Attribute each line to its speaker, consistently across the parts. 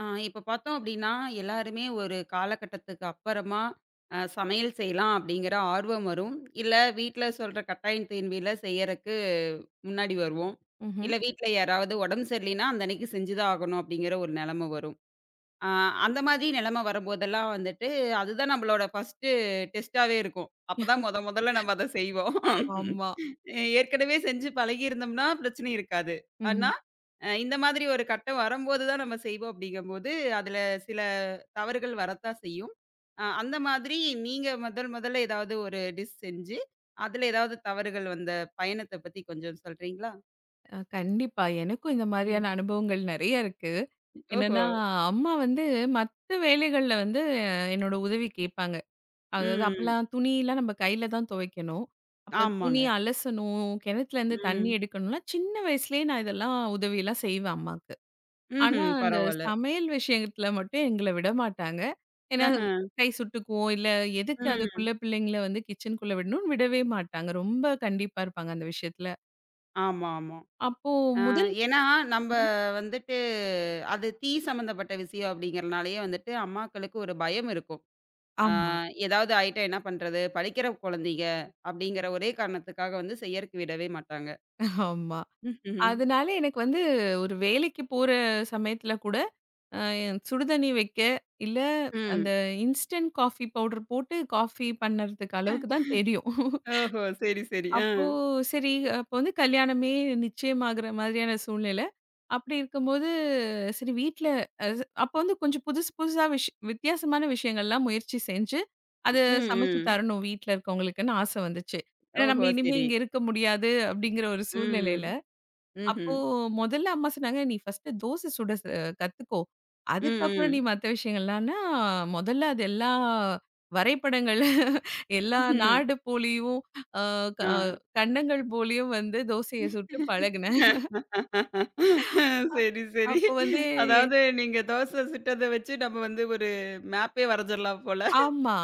Speaker 1: ஆ இப்ப பார்த்தோம் அப்டின்னா, எல்லாருமே ஒரு காலகட்டத்துக்கு அப்பறமா சமையல் செய்யலாம் அப்டிங்கிற ஆர்வம் வரும். இல்ல வீட்ல சொல்ற கட்டாயம் தேன்மையில செய்யறக்கு முன்னாடி வருவோம்.
Speaker 2: ம்ஹ்ம்.
Speaker 1: இல்ல வீட்ல யாராவது உடம்பு சரியில்லைன்னா, அந்த அன்னைக்கு செஞ்சு தான் ஆகணும் அப்டிங்கிற ஒரு நெலம வரும். ஆ அந்த மாதிரி நிலைமை வரும்போதெல்லாம் வந்துட்டு, அதுதான் நம்மளோட ஃபர்ஸ்ட்டு டெஸ்ட்டாவே இருக்கும். அப்பதான் மொதல்ல நம்ம அத செய்வோம்.
Speaker 2: ஆமா.
Speaker 1: ஏற்கனவே செஞ்சு பழகியிருந்தோம்னா பிரச்சனை இருக்காது.
Speaker 2: ம்ஹ்ம்.
Speaker 1: ஆனா, இந்த மாதிரி ஒரு கட்டம் வரும்போது தான் நம்ம செய்வோம் அப்படிங்கும்போது, அதுல சில தவறுகள் வரத்தான் செய்யும். அந்த மாதிரி நீங்க முதல் முதல்ல ஏதாவது ஒரு டிஷ் செஞ்சு, அதுல ஏதாவது தவறுகள் வந்த பயணத்த பத்தி கொஞ்சம் சொல்றீங்களா?
Speaker 2: கண்டிப்பா. எனக்கும் இந்த மாதிரியான
Speaker 1: ம்.
Speaker 2: அனுபவங்கள் நெறைய இருக்கு.
Speaker 1: ஓஹோ!
Speaker 2: என்னன்னா, அம்மா வந்து மத்த வேலைகள்ல வந்து என்னோட உதவி கேட்பாங்க. அதாவது
Speaker 1: ம்.
Speaker 2: அப்பலாம் துணிலாம் நம்ம கையில தான் துவைக்கணும். அப்ப
Speaker 1: ஆமாங்க.
Speaker 2: துணி அலசணும், கிணத்துலேருந்து தண்ணி
Speaker 1: ம்.
Speaker 2: எடுக்கணும்னா, சின்ன வயசுலயே நான் இதெல்லாம் உதவிலாம் செய்வேன் அம்மாக்கு. ஆனா,
Speaker 1: ம்ஹ்ம்.
Speaker 2: அந்த
Speaker 1: பரவால்ல.
Speaker 2: சமையல் விஷயத்துல மட்டும் எங்கள விடமாட்டாங்க. ஏன்னா,
Speaker 1: ஆஹ.
Speaker 2: கை சுட்டுக்குவோம், இல்ல எதுக்கு
Speaker 1: ம்.
Speaker 2: அதுக்குள்ள பிள்ளைங்கள வந்து கிச்சனுக்குள்ள விடணும்னு விடவே மாட்டாங்க. ரொம்ப கண்டிப்பா இருப்பாங்க அந்த விஷயத்துல.
Speaker 1: ஆமா, ஆமா.
Speaker 2: அப்போ
Speaker 1: அ
Speaker 2: முதல்
Speaker 1: ஏன்னா, நம்ப வந்துட்டு அது தீ சம்மந்தப்பட்ட விஷயம் அப்படிங்கிறனாலயே வந்துட்டு அம்மாக்களுக்கு ஒரு பயம் இருக்கும். அ
Speaker 2: ஆமா,
Speaker 1: ஏதாவது ஆயிட்டா என்ன பண்றது? படிக்கிற குழந்தைங்க அப்படிங்கிற ஒரே காரணத்துக்காக வந்து செய்யறக்கு விடவே மாட்டாங்க.
Speaker 2: ஆமா.
Speaker 1: ம்ஹும்.
Speaker 2: அதனால எனக்கு வந்து ஒரு வேலைக்கு போற சமயத்துல கூட, அ சுடுதண்ணி வைக்க, இல்ல அந்த
Speaker 1: ம்.
Speaker 2: இன்ஸ்டன்ட் காஃபி பவுடர் போட்டு காஃபி பண்ணறதுக்கு அளவுக்கு தான் தெரியும்.
Speaker 1: ஓஹோ! சரி, சரி. ஆ.
Speaker 2: அப்போ சரி, அப்போ வந்து கல்யாணமே நிச்சயமாகுற மாதிரியான சூழ்நிலை. அப்படி இருக்கும்போது, சரி வீட்ல அது அப்போ வந்து கொஞ்சம் புதுசு புதுசா வித்தியாசமான விஷயங்கள்லாம் முயற்சி செஞ்சு, அது
Speaker 1: ம்,
Speaker 2: சமைச்சு
Speaker 1: ம்.
Speaker 2: தரணும் வீட்ல இருக்கவங்களுக்குன்னு ஆசை வந்துச்சு. ஏன்னா
Speaker 1: ஓஹோ!
Speaker 2: நம்ம இனிமே
Speaker 1: சரி.
Speaker 2: இங்க இருக்க முடியாது அப்படிங்கிற ஒரு
Speaker 1: ம்.
Speaker 2: சூழ்நிலையில. அப்போ
Speaker 1: ம்ஹ்ம்.
Speaker 2: முதல்ல அம்மா சொன்னாங்க, "நீ ஃபர்ஸ்ட்டு தோசை சுட கத்துக்கோ.
Speaker 1: ம்,
Speaker 2: அதுக்கப்புறம் நீ
Speaker 1: ம்.
Speaker 2: மத்த விஷயங்கள்லாம்னா, முதல்ல அது எல்லா வரைபடங்கள் எல்லா
Speaker 1: ம்.
Speaker 2: நாடு போலியும், அ க கண்டங்கள் போலியும் வந்து தோசைய சுட்டு
Speaker 1: ஆ.
Speaker 2: பழகுன." அ
Speaker 1: சரி, சரி.
Speaker 2: அப்போ வந்து எ-
Speaker 1: அதாவது நீங்க தோசை சுட்டத வச்சு நம்ம வந்து ஒரு மேப்பே வரைஞ்சிடலாம் போல.
Speaker 2: ஆமா.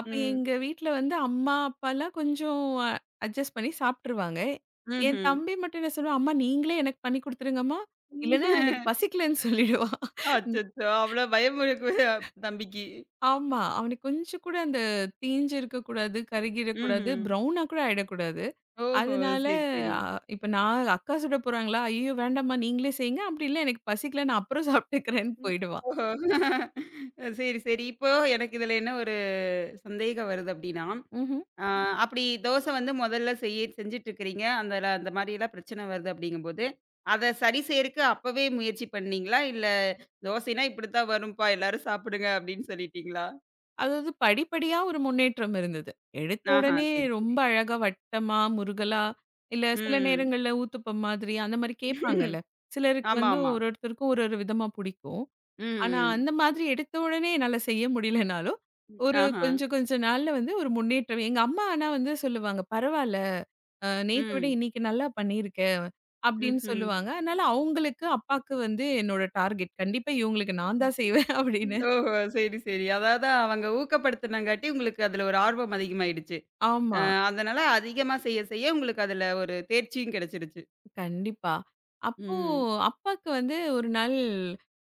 Speaker 2: அப்ப
Speaker 1: ம்.
Speaker 2: எங்க வீட்ல வந்து அம்மா, அப்பாலாம் கொஞ்சம் அட்ஜஸ்ட் பண்ணி சாப்ட்டுருவாங்க. என்
Speaker 1: ம்ஹ்ம்.
Speaker 2: தம்பி மட்டும் என்ன சொல்லுவான், "அம்மா நீங்களே எனக்கு பண்ணி குடுத்துருங்கம்மா, இல்லன்னா எனக்கு பசிக்கலன்னு சொல்லிடுவான்."
Speaker 1: அச்சச்சோ! அவ்வளோ பயம் இருக்கு தம்பிக்கு.
Speaker 2: ஆமா. அவனுக்கு கொஞ்சம் கூட அந்த தீஞ்சு இருக்கக்கூடாது, கருகிடக்கூடாது,
Speaker 1: ம்ஹ்ம்.
Speaker 2: ப்ரௌனா கூட ஆயிடக்கூடாது.
Speaker 1: ஓஹோ!
Speaker 2: அதனால
Speaker 1: சரி, சரி.
Speaker 2: அ இப்ப நான் அக்கா சுட போறாங்களா? ஐயய்யோ! வேண்டாம்மா நீங்களே செய்யுங்க. அப்படி இல்ல எனக்கு பசிக்கல நான் அப்புறம் சாப்பிட்டுக்கிறேன்னு
Speaker 1: ம்.
Speaker 2: போயிடுவான்.
Speaker 1: ஓஹோ! சரி, சரி. இப்போ எனக்கு இதுல என்ன ஒரு சந்தேகம் வருது அப்டின்னா,
Speaker 2: ம்ஹ்ம்.
Speaker 1: ஆ அப்படி தோசை வந்து முதல்ல செய்ய செஞ்சுட்டுருக்கிறீங்க. அந்தல அந்த மாரியெல்லாம் பிரச்சனை வருது அப்படிங்கும்போது, அத சரி செய்யறக்கு அப்பவே முயற்சி பண்ணீங்களா? இல்ல தோசைன்னா இப்படித்தான் வரும்ப்பா எல்லாரும் சாப்பிடுங்க அப்படின்னு சொல்லிட்டீங்களா?
Speaker 2: அதாவது படிப்படியா ஒரு முன்னேற்றம் இருந்தது. எடுத்த
Speaker 1: ஆஹா,
Speaker 2: உடனே
Speaker 1: சரி, சரி.
Speaker 2: ரொம்ப அழகா வட்டமா, முருகலா இல்ல சில
Speaker 1: ம்.
Speaker 2: நேரங்கள்ல ஊத்தப்பம் மாதிரி அந்த மாரி கேட்பாங்கல்ல. சிலருக்கு
Speaker 1: ஆமா,
Speaker 2: வந்து
Speaker 1: ஆமா.
Speaker 2: ஒருத்தருக்கும் ஒரு ஒரு விதமா பிடிக்கும்.
Speaker 1: ம்,
Speaker 2: ஆனா,
Speaker 1: ம்.
Speaker 2: அந்த மாதிரி எடுத்த உடனே என்னால செய்ய முடியலனாலும், ஒரு
Speaker 1: ஆஹா.
Speaker 2: கொஞ்சம் கொஞ்ச நாள்ல வந்து ஒரு முன்னேற்றம். எங்க அம்மா ஆனா வந்து சொல்லுவாங்க, "பரவால்ல, நேத்த விட
Speaker 1: ம்.
Speaker 2: இன்னைக்கு நல்லா பண்ணியிருக்க." அப்படின்னு
Speaker 1: ம்ஹ்ம்.
Speaker 2: சொல்லுவாங்க. அதனால அவங்களுக்கு, அப்பாக்கு வந்து என்னோட டார்கெட். கண்டிப்பா இவங்களுக்கு நான் தான் செய்வேன் அப்படின்னு.
Speaker 1: ஓஹோ! சரி, சரி. அதாவது அவங்க ஊக்கப்படுத்துனங்காட்டி உங்களுக்கு அதுல ஒரு ஆர்வம் அதிகமாயிடுச்சு. அ
Speaker 2: ஆமா.
Speaker 1: அதனால அதிகமா செய்ய செய்ய உங்களுக்கு அதுல ஒரு தேர்ச்சியும் கிடைச்சிருச்சு.
Speaker 2: கண்டிப்பா. அப்போ
Speaker 1: ம்.
Speaker 2: அப்பாக்கு வந்து ஒரு நாள்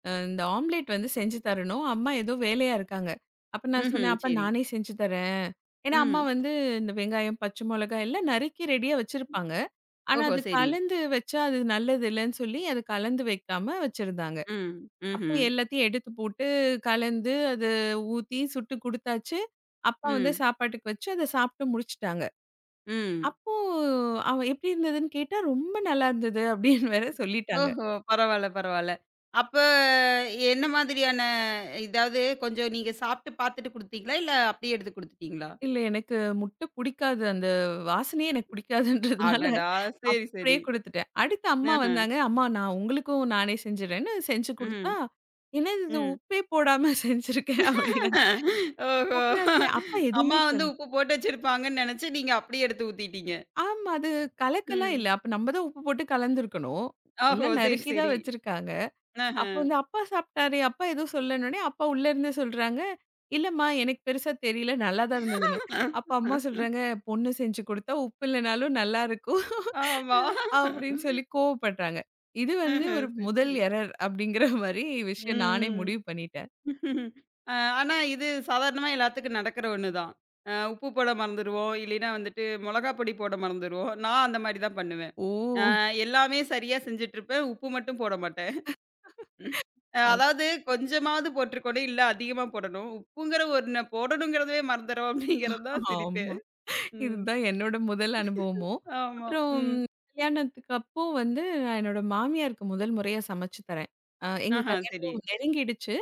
Speaker 2: இந்த ஆம்லேட் வந்து செஞ்சு தரணும். அம்மா ஏதோ வேலையா இருக்காங்க. அப்ப நான்
Speaker 1: ம்ஹ்ம்.
Speaker 2: சொன்னேன், "அப்பா
Speaker 1: சரி.
Speaker 2: நானே செஞ்சு தரேன்." ஏன்னா அம்மா
Speaker 1: ம்.
Speaker 2: வந்து இந்த வெங்காயம், பச்சை மிளகாய் எல்லாம் நறுக்கி ரெடியா வச்சிருப்பாங்க. ஆனா
Speaker 1: ஓஹோ!
Speaker 2: அது
Speaker 1: சரி.
Speaker 2: கலந்து வச்சா அது நல்லது இல்லன்னு சொல்லி அது கலந்து வைக்காம வச்சிருந்தாங்க.
Speaker 1: ம்.
Speaker 2: அப்போ
Speaker 1: ம்ஹ்ம்.
Speaker 2: எல்லாத்தையும் எடுத்து போட்டு கலந்து, அத ஊத்தி சுட்டு குடுத்தாச்சு. அப்பா வந்து
Speaker 1: ம்.
Speaker 2: சாப்பாட்டுக்கு வச்சு அத சாப்பிட்டு முடிச்சுட்டாங்க.
Speaker 1: ம்.
Speaker 2: அப்போ அவ "எப்படி இருந்ததுன்னு?" கேட்டா, "ரொம்ப நல்லா இருந்தது" அப்படின்னு வேற சொல்லிட்டாங்க.
Speaker 1: ஓஹோ! பரவால்ல, பரவால்ல. அப்ப என்ன மாதிரியான இதாவது கொஞ்சம் நீங்க சாப்பிட்டு பார்த்துட்டு குடுத்தீங்களா? இல்ல அப்படியே எடுத்து குடுத்துட்டீங்களா?
Speaker 2: இல்ல எனக்கு முட்டை புடிக்காது. அந்த வாசனையே எனக்கு புடிக்காதுன்றதுனால
Speaker 1: அடடா! சரி,
Speaker 2: அப்படியே
Speaker 1: சரி.
Speaker 2: குடுத்துட்டேன். அடுத்து அம்மா
Speaker 1: ஆஹ.
Speaker 2: வந்தாங்க. "அம்மா நான் உங்களுக்கும் நானே செஞ்சுடுறேன்னு" செஞ்சு குடுத்தா,
Speaker 1: ம்.
Speaker 2: "என்னது இது
Speaker 1: ம்.
Speaker 2: உப்பே போடாம செஞ்சிருக்க" அப்படின்னாங்க.
Speaker 1: ஓஹோ!
Speaker 2: அப்ப நான் சொன்னேன், "அப்பா எதுவுமே
Speaker 1: அம்மா வந்து
Speaker 2: சொல்ல"
Speaker 1: உப்பு போட்டு வச்சிருப்பாங்கன்னு நெனச்சு, நீங்க அப்படியே எடுத்து ஊத்திட்டீங்க.
Speaker 2: ஆமா அது கலக்கலாம்
Speaker 1: ம்.
Speaker 2: இல்ல. அப்ப நம்ம தான் உப்பு போட்டு கலந்துருக்கணும்.
Speaker 1: ஓஹோ!
Speaker 2: எல்லாம்
Speaker 1: சரி,
Speaker 2: நறுக்கி தான்
Speaker 1: சரி.
Speaker 2: வச்சிருக்காங்க.
Speaker 1: ஆஹ.
Speaker 2: அப்ப வந்து அப்பா சாப்பிட்டாரு, அப்பா எதுவும் சொல்லன்னோனே, அப்பா உள்ள இருந்து சொல்றாங்க, "இல்லம்மா எனக்கு பெருசா தெரியல. நல்லா தான் இருந்ததுன்னு." அப்ப அம்மா சொல்றாங்க, "பொண்ணு செஞ்சு குடுத்தா உப்பு இல்லனாலும் நல்லா இருக்கும்."
Speaker 1: ஆமா.
Speaker 2: அப்படின்னு சொல்லி கோவப்படுறாங்க. இது வந்து
Speaker 1: ஆஹ.
Speaker 2: ஒரு
Speaker 1: சரி,
Speaker 2: முதல்
Speaker 1: சரி.
Speaker 2: எரர் அப்படிங்கிற மாரி
Speaker 1: ம்,
Speaker 2: விஷயம் நானே
Speaker 1: ம்.
Speaker 2: முடிவு பண்ணிட்டேன்.
Speaker 1: அ ஆனா இது சாதாரணமா எல்லாத்துக்கும் நடக்கிற ஒண்ணு தான். உப்பு போட மறந்துருவோம். இல்லைன்னா வந்துட்டு மொளகா பொடி போட மறந்துருவோம். நான் அந்த மாரி தான் பண்ணுவேன்.
Speaker 2: ஓ!
Speaker 1: எல்லாமே சரியா செஞ்சுட்டுருப்பேன். உப்பு மட்டும் போட மாட்டேன்.
Speaker 2: அ
Speaker 1: அதாவது கொஞ்சமாவது போட்டுருக்கணும். இல்ல அதிகமா போடணும். உப்புங்கிற ஒண்ண போடணுங்கிறதவே மறந்துறோம் அப்படிங்கிறது தான் சிரிப்பே.
Speaker 2: ஆமா.
Speaker 1: ம்.
Speaker 2: இதுதான் என்னோட முதல் அனுபவமும்.
Speaker 1: ஆமா.
Speaker 2: அப்புறம்
Speaker 1: ம்.
Speaker 2: கல்யாணத்துக்கு அப்போ வந்து நான் என்னோட மாமியாருக்கு முதல் முறையா சமைச்சு தரேன். எங்க
Speaker 1: ஆஹா சரி.
Speaker 2: கல்யாணம் நெருங்கிடுச்சு.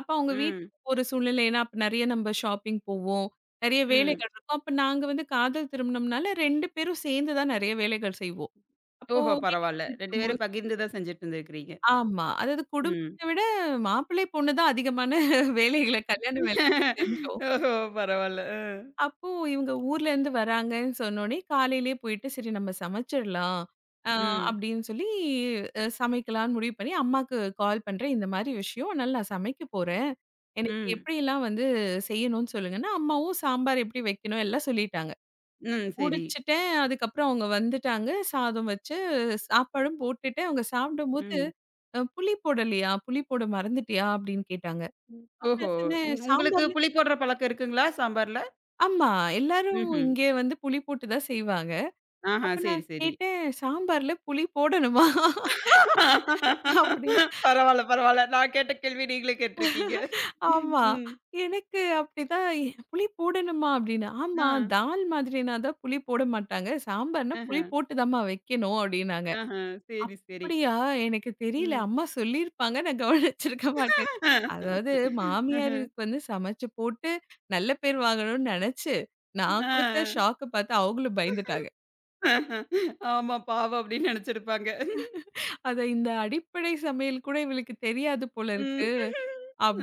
Speaker 2: அப்ப அவங்க
Speaker 1: ம்.
Speaker 2: வீட்டுக்கு போற சூழ்நிலை ஏன்னா, அப்ப நெறைய நம்ம ஷாப்பிங் போவோம். நெறைய
Speaker 1: ம்.
Speaker 2: வேலைகள் இருக்கும். அப்ப நாங்க வந்து காதல் திருமணம்னால 2 பேரும் சேர்ந்து தான் நெறைய வேலைகள் செய்வோம். அப்போ
Speaker 1: ஓஹோ!
Speaker 2: வீட்டுக்கு
Speaker 1: பரவால்ல. 2
Speaker 2: போயிருக்கும்போது
Speaker 1: பேரும் பகிர்ந்து தான் செஞ்சுட்டு இருந்திருக்கிறீங்க.
Speaker 2: ஆமா. அதாவது
Speaker 1: ம்.
Speaker 2: குடும்பத்த விட மாப்பிள்ளை, பொண்ணு தான் அதிகமான வேலைகள கல்யாண வேலைகள செஞ்சோம்.
Speaker 1: ஓஹோ! பரவால்ல.
Speaker 2: அப்போ இவங்க ஊர்லேருந்து வராங்கன்னு சொன்னோனே, காலையிலேயே போயிட்டு, "சரி நம்ம சமைச்சிடலாம்." அ
Speaker 1: ம்.
Speaker 2: அப்படின்னு சொல்லி சமைக்கலான்னு முடிவு பண்ணி, அம்மாக்கு கால் பண்றேன். "இந்த மாரி விஷயம். அதனால நான் சமைக்க போறேன். எனக்கு
Speaker 1: ம்.
Speaker 2: எப்படிலாம் வந்து செய்யணும்னு சொல்லுங்கன்னா" அம்மாவும் சாம்பார் எப்படி வைக்கணும் எல்லாம் சொல்லிட்டாங்க.
Speaker 1: ம். சரி.
Speaker 2: முடிச்சுட்டேன். அதுக்கப்புறம் அவங்க வந்துட்டாங்க. சாதம் வச்சு, சாப்பாடும் போட்டுட்டேன். அவங்க சாப்பிடும்போது,
Speaker 1: ம்.
Speaker 2: புளி போடலையா? புளி போட மறந்துட்டியா?" அப்படின்னு கேட்டாங்க.
Speaker 1: ஓஹோ!
Speaker 2: அப்புறம் சொன்னேன்,
Speaker 1: உங்களுக்கு
Speaker 2: "சாம்பார்ல"
Speaker 1: புளி போடுற பழக்கம் இருக்குங்களா சாம்பார்ல?
Speaker 2: ஆமா. எல்லாரும்
Speaker 1: ம்ஹ்ம்.
Speaker 2: இங்கே வந்து புளி போட்டு தான் செய்வாங்க.
Speaker 1: ஆஹா.
Speaker 2: அப்ப
Speaker 1: சரி,
Speaker 2: நான்
Speaker 1: சரி.
Speaker 2: கேட்டேன், "சாம்பார்ல புளி போடணுமா?" அப்படி.
Speaker 1: பரவால்ல, பரவால்ல. நான் கேட்ட கேள்வி நீங்களே கேட்டுருக்கீங்க.
Speaker 2: ஆமா.
Speaker 1: ம்.
Speaker 2: எனக்கு அப்படிதான் "புளி போடணுமா?" அப்படின்னு. "ஆமா,
Speaker 1: ஆ.
Speaker 2: தால் மாதிரினா தான் புளி போட மாட்டாங்க. சாம்பார்னா
Speaker 1: ஆஹ.
Speaker 2: புளி போட்டு தாம்மா வைக்கணும்." அப்படின்னாங்க.
Speaker 1: ஆஹ. சரி, சரி.
Speaker 2: "அப்படியா? எனக்கு தெரியல.
Speaker 1: ம்.
Speaker 2: அம்மா சொல்லியிருப்பாங்க. நான் கவனிச்சிருக்க மாட்டேன்." அதாவது
Speaker 1: ஆஹ.
Speaker 2: மாமியாருக்கு வந்து சமைச்சு போட்டு நல்ல பேர் வாங்கணும்னு நெனச்சு, நான்
Speaker 1: ஆ.
Speaker 2: குடுத்த ஷாக்க பார்த்து அவங்களும் பயந்துட்டாங்க.
Speaker 1: ஆமா பாவம் அப்படின்னு நெனச்சிருப்பாங்க.
Speaker 2: அத இந்த அடிப்படை சமையல் கூட இவளுக்கு தெரியாது போல இருக்கு.
Speaker 1: ம்.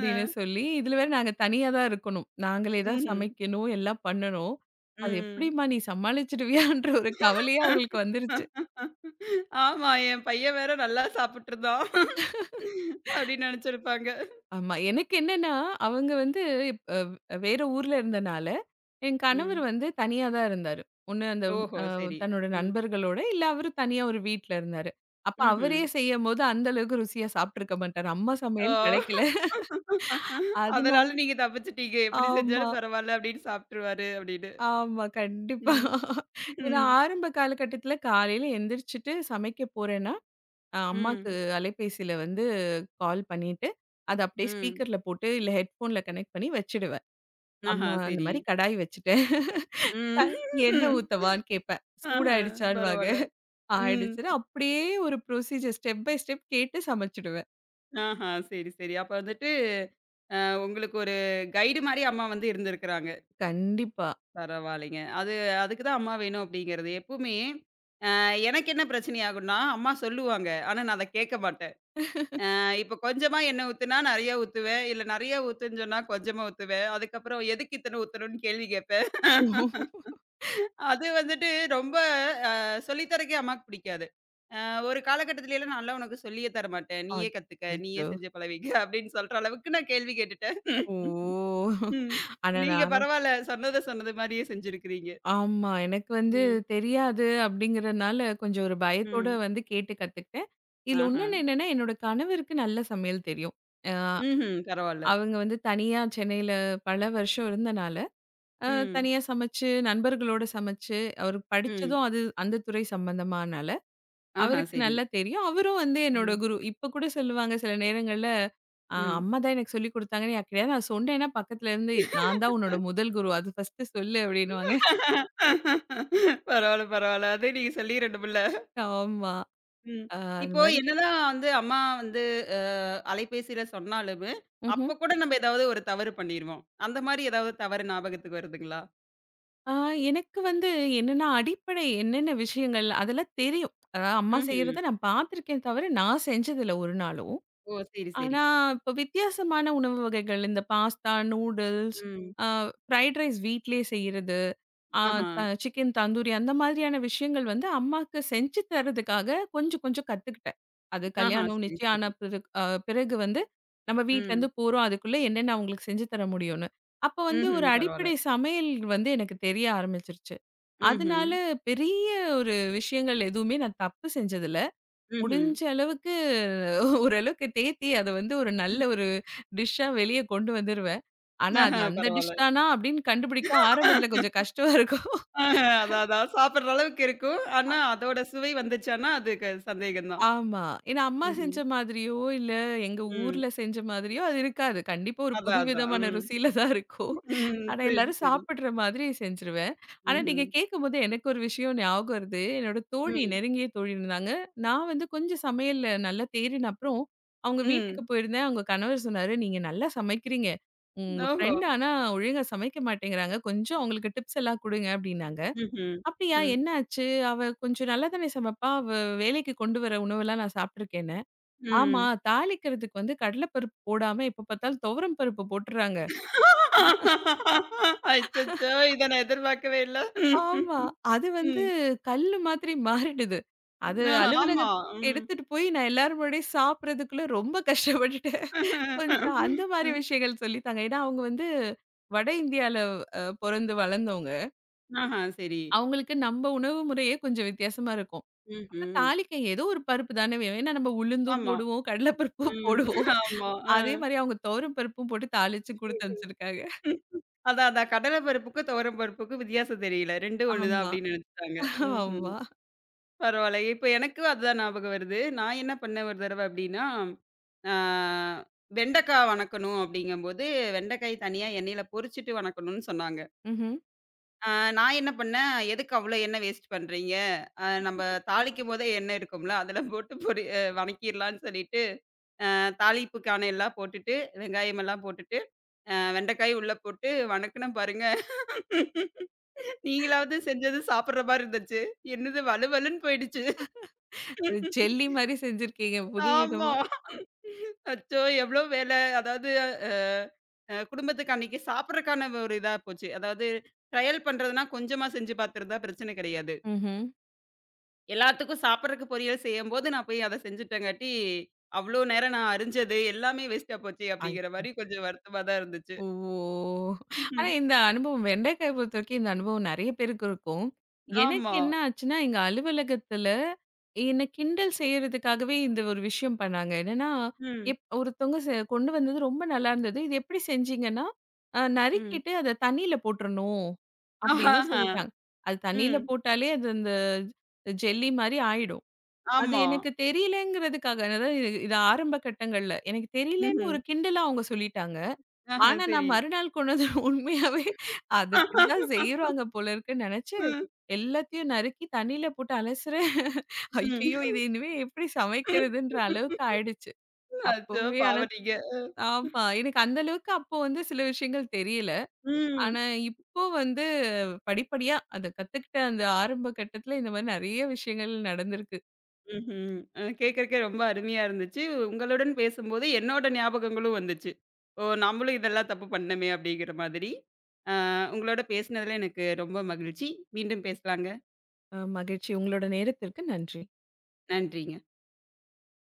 Speaker 1: ஆ.
Speaker 2: சொல்லி, இதுல வேற நாங்க தனியா தான் இருக்கணும். நாங்களே தான்
Speaker 1: ம்ஹ்ம்.
Speaker 2: சமைக்கணும், எல்லாம் பண்ணணும். அது
Speaker 1: ம்.
Speaker 2: எப்படிம்மா நீ சமாளிச்சுடுவியான்ற ஒரு கவலையே அவங்களுக்கு வந்துருச்சு.
Speaker 1: ஆமா. என் பையன் வேற நல்லா சாப்பிட்டுருந்தான். அப்படின்னு நினைச்சிருப்பாங்க.
Speaker 2: ஆமா. எனக்கு என்னன்னா, அவங்க வந்து அ வேற ஊர்ல இருந்தனால, என் கணவர்
Speaker 1: ம்.
Speaker 2: வந்து தனியா தான் இருந்தாரு. ஒண்ணு அந்த
Speaker 1: ஓஹோ! சரி.
Speaker 2: தன்னோட
Speaker 1: ம்.
Speaker 2: நண்பர்களோட, இல்ல அவரு தனியா ஒரு வீட்ல இருந்தாரு. அப்ப அவரே
Speaker 1: ம்ஹ்ம்.
Speaker 2: செய்யும்போது அந்த அளவுக்கு ருசியா சாப்பிட்டுருக்க மாட்டாரு. அம்மா
Speaker 1: ஓ!
Speaker 2: சமையல் கிடைக்கல. அதுனா
Speaker 1: அதனால நீங்க தப்பிச்சுட்டீங்க. எப்படி
Speaker 2: ஆமா.
Speaker 1: செஞ்சாலும் பரவால்ல அப்படின்னு சாப்ட்டுருவாரு அப்படின்னு.
Speaker 2: ஆமா. கண்டிப்பா.
Speaker 1: ம்.
Speaker 2: ஏன்னா
Speaker 1: ம்.
Speaker 2: ஆரம்ப காலகட்டத்தில காலையில எந்திரிச்சுட்டு சமைக்க போறேன்னா, அம்மாக்கு
Speaker 1: ம்.
Speaker 2: அலைபேசியில வந்து கால் பண்ணிட்டு, அத அப்படியே
Speaker 1: ம்.
Speaker 2: ஸ்பீக்கர்ல போட்டு இல்ல ஹெட்ஃபோன்ல கனெக்ட் பண்ணி வச்சுடுவேன்.
Speaker 1: ஆஹா
Speaker 2: அம்மா இந்த
Speaker 1: சரி.
Speaker 2: மாரி கடாய் வச்சுட்டேன்.
Speaker 1: ம்.
Speaker 2: எண்ணெய் ஊத்தவான்னு கேட்பேன்.
Speaker 1: ஆஹா
Speaker 2: சூடாயிடுச்சான்னுவாங்க.
Speaker 1: பரவால்ல. ம்.
Speaker 2: ஆயிடுச்சுன்னா அப்படியே ஒரு ப்ரொசீஜர் ஸ்டெப் பை ஸ்டெப் கேட்டு சமைச்சுடுவேன்.
Speaker 1: ஆஹா சரி, சரி. அப்ப வந்துட்டு உங்களுக்கு ஒரு கைடு மாரி அம்மா வந்து இருந்திருக்கிறாங்க.
Speaker 2: கண்டிப்பா.
Speaker 1: பரவாயில்லைங்க. அது அதுக்கு தான் அம்மா வேணும் அப்படிங்கிறது. எப்பவுமே அ எனக்கு என்ன பிரச்சனை ஆகும்னா, அம்மா சொல்லுவாங்க. ஆனா நான் அத கேட்க மாட்டேன். இப்ப கொஞ்சமா எண்ணெய் ஊத்துனா நெறைய ஊத்துவேன். இல்ல நெறைய ஊத்துன்னு சொன்னா கொஞ்சமா ஊத்துவேன். அதுக்கப்புறம் எதுக்கு இத்தனை ஊத்தணும்னு கேள்வி கேட்பேன்.
Speaker 2: ஓ
Speaker 1: அது வந்துட்டு ரொம்ப அ சொல்லி தரக்கே அம்மாக்கு பிடிக்காது. அ ஒரு காலகட்டத்திலலாம் நான்லாம் உனக்கு சொல்லியே தரமாட்டேன். நீயே கத்துக்க, நீயே
Speaker 2: அச்சச்சோ!
Speaker 1: செஞ்சு பழகிக்க அப்படின்னு சொல்ற அளவுக்கு நான் கேள்வி கேட்டுட்டேன்.
Speaker 2: ஓ!
Speaker 1: ம்.
Speaker 2: ஆனா
Speaker 1: நீங்க
Speaker 2: நான்
Speaker 1: பரவால்ல. சொன்னத சொன்னது மாரியே செஞ்சிருக்கிறீங்க.
Speaker 2: ஆமா. எனக்கு வந்து
Speaker 1: ம்.
Speaker 2: தெரியாது அப்படிங்கிறனால, கொஞ்சம் ஒரு பயத்தோட
Speaker 1: ம்.
Speaker 2: வந்து கேட்டு கத்துக்கிட்டேன். இதுல
Speaker 1: ஆஹ.
Speaker 2: இன்னொன்னு என்னன்னா, என்னோட கணவருக்கு நல்ல சமையல் தெரியும். அ
Speaker 1: ம்ஹ்ம். பரவால்ல.
Speaker 2: அவங்க வந்து தனியா சென்னையில பல வருஷம் இருந்தனால, அ
Speaker 1: ம்.
Speaker 2: தனியா சமைச்சு, நண்பர்களோட சமைச்சு, அவரு
Speaker 1: ம்.
Speaker 2: படிச்சதும் அது அந்த துறை சம்பந்தமானால,
Speaker 1: ஆஹா,
Speaker 2: அவருக்கு
Speaker 1: சரி.
Speaker 2: நல்லா தெரியும். அவரும் வந்து என்னோட
Speaker 1: ம்.
Speaker 2: குரு. இப்ப கூட சொல்லுவாங்க சில நேரங்கள்ல,
Speaker 1: ம்.
Speaker 2: அம்மா தான் எனக்கு சொல்லிக் குடுத்தாங்கன்னு யார்கிட்டயாவது நான் சொன்னேன்னா, பக்கத்துல இருந்து நான் தான் உன்னோட முதல் குரு. அது ஃபர்ஸ்ட்டு சொல்லு" அப்படின்னுவாங்க.
Speaker 1: பரவால்ல, பரவால்ல. அதே நீங்க சொல்லிரணும் இல்ல.
Speaker 2: ஆமா.
Speaker 1: ம்.
Speaker 2: அது
Speaker 1: இப்போ
Speaker 2: மாரி
Speaker 1: என்னதான் வந்து அம்மா வந்து அ அலைபேசியில சொன்னாலுமே,
Speaker 2: ம்ஹ்ம்.
Speaker 1: அப்ப கூட நம்ம ஏதாவது ஒரு தவறு பண்ணிருவோம். அந்த மாரி ஏதாவது தவறு ஞாபகத்துக்கு வருதுங்களா?
Speaker 2: ஆ எனக்கு வந்து என்னன்னா, அடிப்படை என்னென்ன விஷயங்கள் அதெல்லாம் தெரியும். அதாவது அம்மா
Speaker 1: ம்ஹ்ம்.
Speaker 2: செய்றத நான் பார்த்துருக்கேன் தவிர, நான் செஞ்சதில்ல ஒரு நாளும்.
Speaker 1: ஓ! சரி, சரி.
Speaker 2: ஆனா, இப்ப வித்தியாசமான உணவு வகைகள் இந்த பாஸ்தா, நூடுல்ஸ்,
Speaker 1: ம்.
Speaker 2: அ ஃப்ரைட் ரைஸ் வீட்லயே செய்றது, அ
Speaker 1: ஆஹா,
Speaker 2: த சிக்கன் தந்தூரி அந்த மாதிரியான விஷயங்கள் வந்து அம்மாக்கு செஞ்சு தரதுக்காக கொஞ்சம் கொஞ்சம் கத்துக்கிட்டேன். அது
Speaker 1: ஆஹா.
Speaker 2: கல்யாணம்
Speaker 1: சரி,
Speaker 2: நிச்சயம் ஆன
Speaker 1: சரி.
Speaker 2: பிறகு பிறகு வந்து நம்ம வீட்லருந்து
Speaker 1: ம்.
Speaker 2: போறோம். அதுக்குள்ள என்னென்ன அவங்களுக்கு செஞ்சு தர முடியும்னு. அப்ப வந்து ஒரு
Speaker 1: ம்ஹ்ம். பரவால்ல.
Speaker 2: அடிப்படை சமையல் வந்து எனக்கு தெரிய ஆரம்பிச்சுருச்சு.
Speaker 1: ம்ஹ்ம்.
Speaker 2: அதனால பெரிய ஒரு விஷயங்கள் எதுவுமே நான் தப்பு செஞ்சதில்ல.
Speaker 1: ம்ஹ்ம்.
Speaker 2: முடிஞ்ச அளவுக்கு ஓரளவுக்கு தேத்தி, அத வந்து ஒரு நல்ல ஒரு டிஷ்ஷா வெளிய கொண்டு வந்துருவேன். ஆனா, அது
Speaker 1: ஆஹா,
Speaker 2: அந்த டிஷ்
Speaker 1: பரவால்ல.
Speaker 2: தானா அப்படின்னு கண்டுபிடிக்க ஆரம்பத்துல கொஞ்சம் கஷ்டமா இருக்கும்.
Speaker 1: ஆஹ. அதான், அதான். சாப்பிடுற அளவுக்கு இருக்கும். ஆனா, அதோட சுவை வந்துச்சான்னா, அதுக்கு சந்தேகம் தான்.
Speaker 2: ஆமா. ஏன்னா அம்மா செஞ்ச
Speaker 1: ம்ஹ்ம்.
Speaker 2: மாதிரியோ, இல்ல எங்க
Speaker 1: ம்.
Speaker 2: ஊர்ல செஞ்ச மாதிரியோ அது இருக்காது. கண்டிப்பா ஒரு
Speaker 1: அதான், அதான்.
Speaker 2: புதுவிதமான
Speaker 1: ம்.
Speaker 2: ருசியில தான் இருக்கும்.
Speaker 1: ம்.
Speaker 2: ஆனா
Speaker 1: சரி,
Speaker 2: எல்லாரும்
Speaker 1: சரி.
Speaker 2: சாப்பிடுற மாதிரி செஞ்சுருவேன். ஆனா
Speaker 1: ம்ஹ்ம்.
Speaker 2: நீங்க கேட்கும்போது எனக்கு ஒரு விஷயம் ஞாபகம் வருது. என்னோட தோழி,
Speaker 1: ம்.
Speaker 2: நெருங்கிய தோழி இருந்தாங்க. நான் வந்து கொஞ்சம் சமையல்ல நல்லா தேறின அப்புறம், அவங்க
Speaker 1: ம்.
Speaker 2: வீட்டுக்கு போயிருந்தேன். அவங்க கணவர் சொன்னாரு, "நீங்க நல்லா சமைக்கிறீங்க. உங்க
Speaker 1: ஓஹோ!
Speaker 2: ஃப்ரெண்ட் ஆனா ஒழுங்கா சமைக்க மாட்டேங்கிறாங்க. கொஞ்சம் அவங்களுக்கு டிப்ஸ் எல்லாம் குடுங்க" அப்படின்னாங்க.
Speaker 1: ம்ஹ்ம்.
Speaker 2: அப்படியா?
Speaker 1: ம்.
Speaker 2: என்ன ஆச்சு? அவ கொஞ்சம் நல்லா தானே சமைப்பா? அவ வேலைக்கு கொண்டு வர உணவெல்லாம் நான் சாப்பிட்டுருக்கேன்னு. ஆமா.
Speaker 1: ம்.
Speaker 2: தாளிக்கிறதுக்கு வந்து கடலைப்பருப்பு போடாம எப்ப பார்த்தாலும் துவரம் பருப்பு போட்டுர்றாங்க.
Speaker 1: அச்சச்சோ! இத நான் எதிர்பார்க்கவே இல்ல.
Speaker 2: ஆமா. அது வந்து
Speaker 1: ம்.
Speaker 2: கல்லு மாதிரி மாறிடுது. அது
Speaker 1: ஆ ஆமா.
Speaker 2: அலுவலகத்துக்கு
Speaker 1: ம்.
Speaker 2: எடுத்துட்டு போய் நான் எல்லார் முன்னாடியும் சாப்பிடுறதுக்குள்ள ரொம்ப கஷ்டப்பட்டுட்டேன். கொஞ்சம் அந்த மாரி
Speaker 1: ம்.
Speaker 2: விஷயங்கள் சொல்லி தாங்க. ஏன்னா அவங்க வந்து வட இந்தியால பொறந்து வளர்ந்தவங்க.
Speaker 1: ஆஹா, சரி.
Speaker 2: அவங்களுக்கு நம்ம உணவு முறையே கொஞ்சம் வித்தியாசமா இருக்கும். அப்ப
Speaker 1: ம்ஹ்ம்.
Speaker 2: தாளிக்க ஏதோ ஒரு பருப்பு தானே வேணும். ஏன்னா நம்ம உளுந்தும்
Speaker 1: ஆமா.
Speaker 2: போடுவோம், கடல பருப்பும்
Speaker 1: ம்.
Speaker 2: போடுவோம்.
Speaker 1: ஆமா. ஆ.
Speaker 2: அதே மாரி அவங்க துவரம் பருப்பும் போட்டு தாளிச்சு குடுத்து அனுப்பிச்சிருக்காங்க.
Speaker 1: அதான், அதான். கடலை பருப்புக்கும், துவரம் பருப்புக்கும் வித்தியாசம் தெரியல. 2ம் ஒண்ணு தான்
Speaker 2: ஆமா,
Speaker 1: அப்படின்னு நினைச்சுட்டாங்க. ம்ஹ்ம்.
Speaker 2: ஆமா.
Speaker 1: பரவால்ல. இப்ப எனக்கு அதுதான் ஞாபகம் வருது. நான் என்ன பண்ணேன் ஒரு தடவை அப்படின்னா, ஆ வெண்டைக்கா வணக்கணும் அப்படிங்கும்போது, வெண்டைக்காய் தனியா எண்ணெயில பொரிச்சுட்டு வணக்கணும்னு சொன்னாங்க.
Speaker 2: ம்ஹ்ம்.
Speaker 1: ஆ நான் என்ன பண்ணேன், "எதுக்கு அவ்வளோ எண்ணெய் வேஸ்ட் பண்றீங்க? நம்ம தாளிக்கும்போதே எண்ணெய் இருக்கும்ல, அதில போட்டு பொரி வணக்கிடலாம்ன்னு" சொல்லிட்டு, தாளிப்புக்கான எல்லாம் போட்டுட்டு, வெங்காயம் எல்லாம் போட்டுட்டு, வெண்டைக்காய் உள்ள போட்டு வணக்குனேன் பாருங்க. நீங்களாவது செஞ்சது சாப்பிடுற மாரி இருந்துச்சு. என்னது வழுவழுன்னு போயிடுச்சு.
Speaker 2: ஒரு ஜெல்லி மாரி செஞ்சிருக்கீங்க
Speaker 1: ஆமா.
Speaker 2: புதுவிதமா.
Speaker 1: அச்சோ! எவ்ளோ வேல. அதாவது அ அ குடும்பத்துக்கு அன்னைக்கு சாப்பிடுறதுக்கான ஒரு இதா போச்சு. அதாவது ட்ரையல் பண்றதுன்னா கொஞ்சமா செஞ்சு பார்த்துருந்தா பிரச்சனை கிடையாது.
Speaker 2: ம்ஹ்ம்.
Speaker 1: எல்லாத்துக்கும் சாப்பிடுறதுக்கு பொரியல் செய்யும்போது நான் போய் அத செஞ்சுட்டேங்காட்டி, அவ்ளோ நேரம் நான் அரிஞ்சது எல்லாமே வேஸ்ட்டா போச்சே!
Speaker 2: ஐ
Speaker 1: அப்டிங்கிற மாரி கொஞ்சம் வருத்தமா தான் இருந்துச்சு.
Speaker 2: ஓ! ஆனா
Speaker 1: ம்ஹ்ம்.
Speaker 2: இந்த அனுபவம் வெண்டைக்காய பொறுத்தவரைக்கும் இந்த அனுபவம் நெறைய பேருக்கு இருக்கும். எனக்கு
Speaker 1: ஆமா.
Speaker 2: என்ன ஆச்சுன்னா, எங்க அலுவலகத்துல என்ன கிண்டல் செய்றதுக்காகவே இந்த ஒரு விஷயம் பண்ணாங்க. என்னன்னா,
Speaker 1: ம்.
Speaker 2: ஒருத்தவங்க கொண்டு வந்தது ரொம்ப நல்லா இருந்தது. இது எப்படி செஞ்சீங்கன்னா,
Speaker 1: ம்.
Speaker 2: நறுக்கிட்டு அத தண்ணீல போட்டுறணும் அப்படின்னு
Speaker 1: ஆஹஹ.
Speaker 2: சொல்லிட்டாங்க. அது தண்ணீல
Speaker 1: ம்.
Speaker 2: போட்டாலே அது அந்த ஜெல்லி மாரி ஆயிடும். அது
Speaker 1: ஆமா.
Speaker 2: எனக்கு தெரியலங்கிறதுக்காக அதாவது இது ஆரம்ப கட்டங்கள்ல. எனக்கு
Speaker 1: ம்ஹ்ம்.
Speaker 2: தெரியலன்னு ஒரு கிண்டலா அவங்க சொல்லிட்டாங்க.
Speaker 1: ஆஹ
Speaker 2: ஆனா நான்
Speaker 1: சரி.
Speaker 2: மறுநாள் கொண்டு வந்து உண்மையாவே அது இப்படிதான் செய்றாங்க போல இருக்குன்னு நெனச்சு,
Speaker 1: ம்.
Speaker 2: எல்லாத்தையும் நறுக்கி தண்ணீல போட்டு அலசுறேன். ஐய்யயோ! இது
Speaker 1: ம்.
Speaker 2: இனிமே எப்படி சமைக்கிறதுன்ற அளவுக்கு ஆயிடுச்சு.
Speaker 1: அச்சோ!
Speaker 2: அப்பவே ஆனா
Speaker 1: பாவம் நீங்க.
Speaker 2: ஆமா. எனக்கு அந்த அளவுக்கு அப்போ வந்து சில விஷயங்கள் தெரியல.
Speaker 1: ம்.
Speaker 2: ஆனா இப்போ வந்து படிப்படியா அத கத்துக்கிட்ட அந்த ஆரம்ப கட்டத்துல இந்த மாரி நெறைய விஷயங்கள் நடந்திருக்கு.
Speaker 1: ம்ஹ்ம். கேட்கறக்கே ரொம்ப அருமையா இருந்துச்சு. உங்களுடன் பேசும்போது என்னோட ஞாபகங்களும் வந்துச்சு. ஓ! நம்மளும் இதெல்லாம் தப்பு பண்ணோமே அப்படிங்கிற மாதிரி. அ உங்களோட பேசினதுல எனக்கு ரொம்ப மகிழ்ச்சி. மீண்டும் பேசலாங்க.
Speaker 2: மகிழ்ச்சி. உங்களோட நேரத்திற்கு நன்றி.
Speaker 1: நன்றிங்க.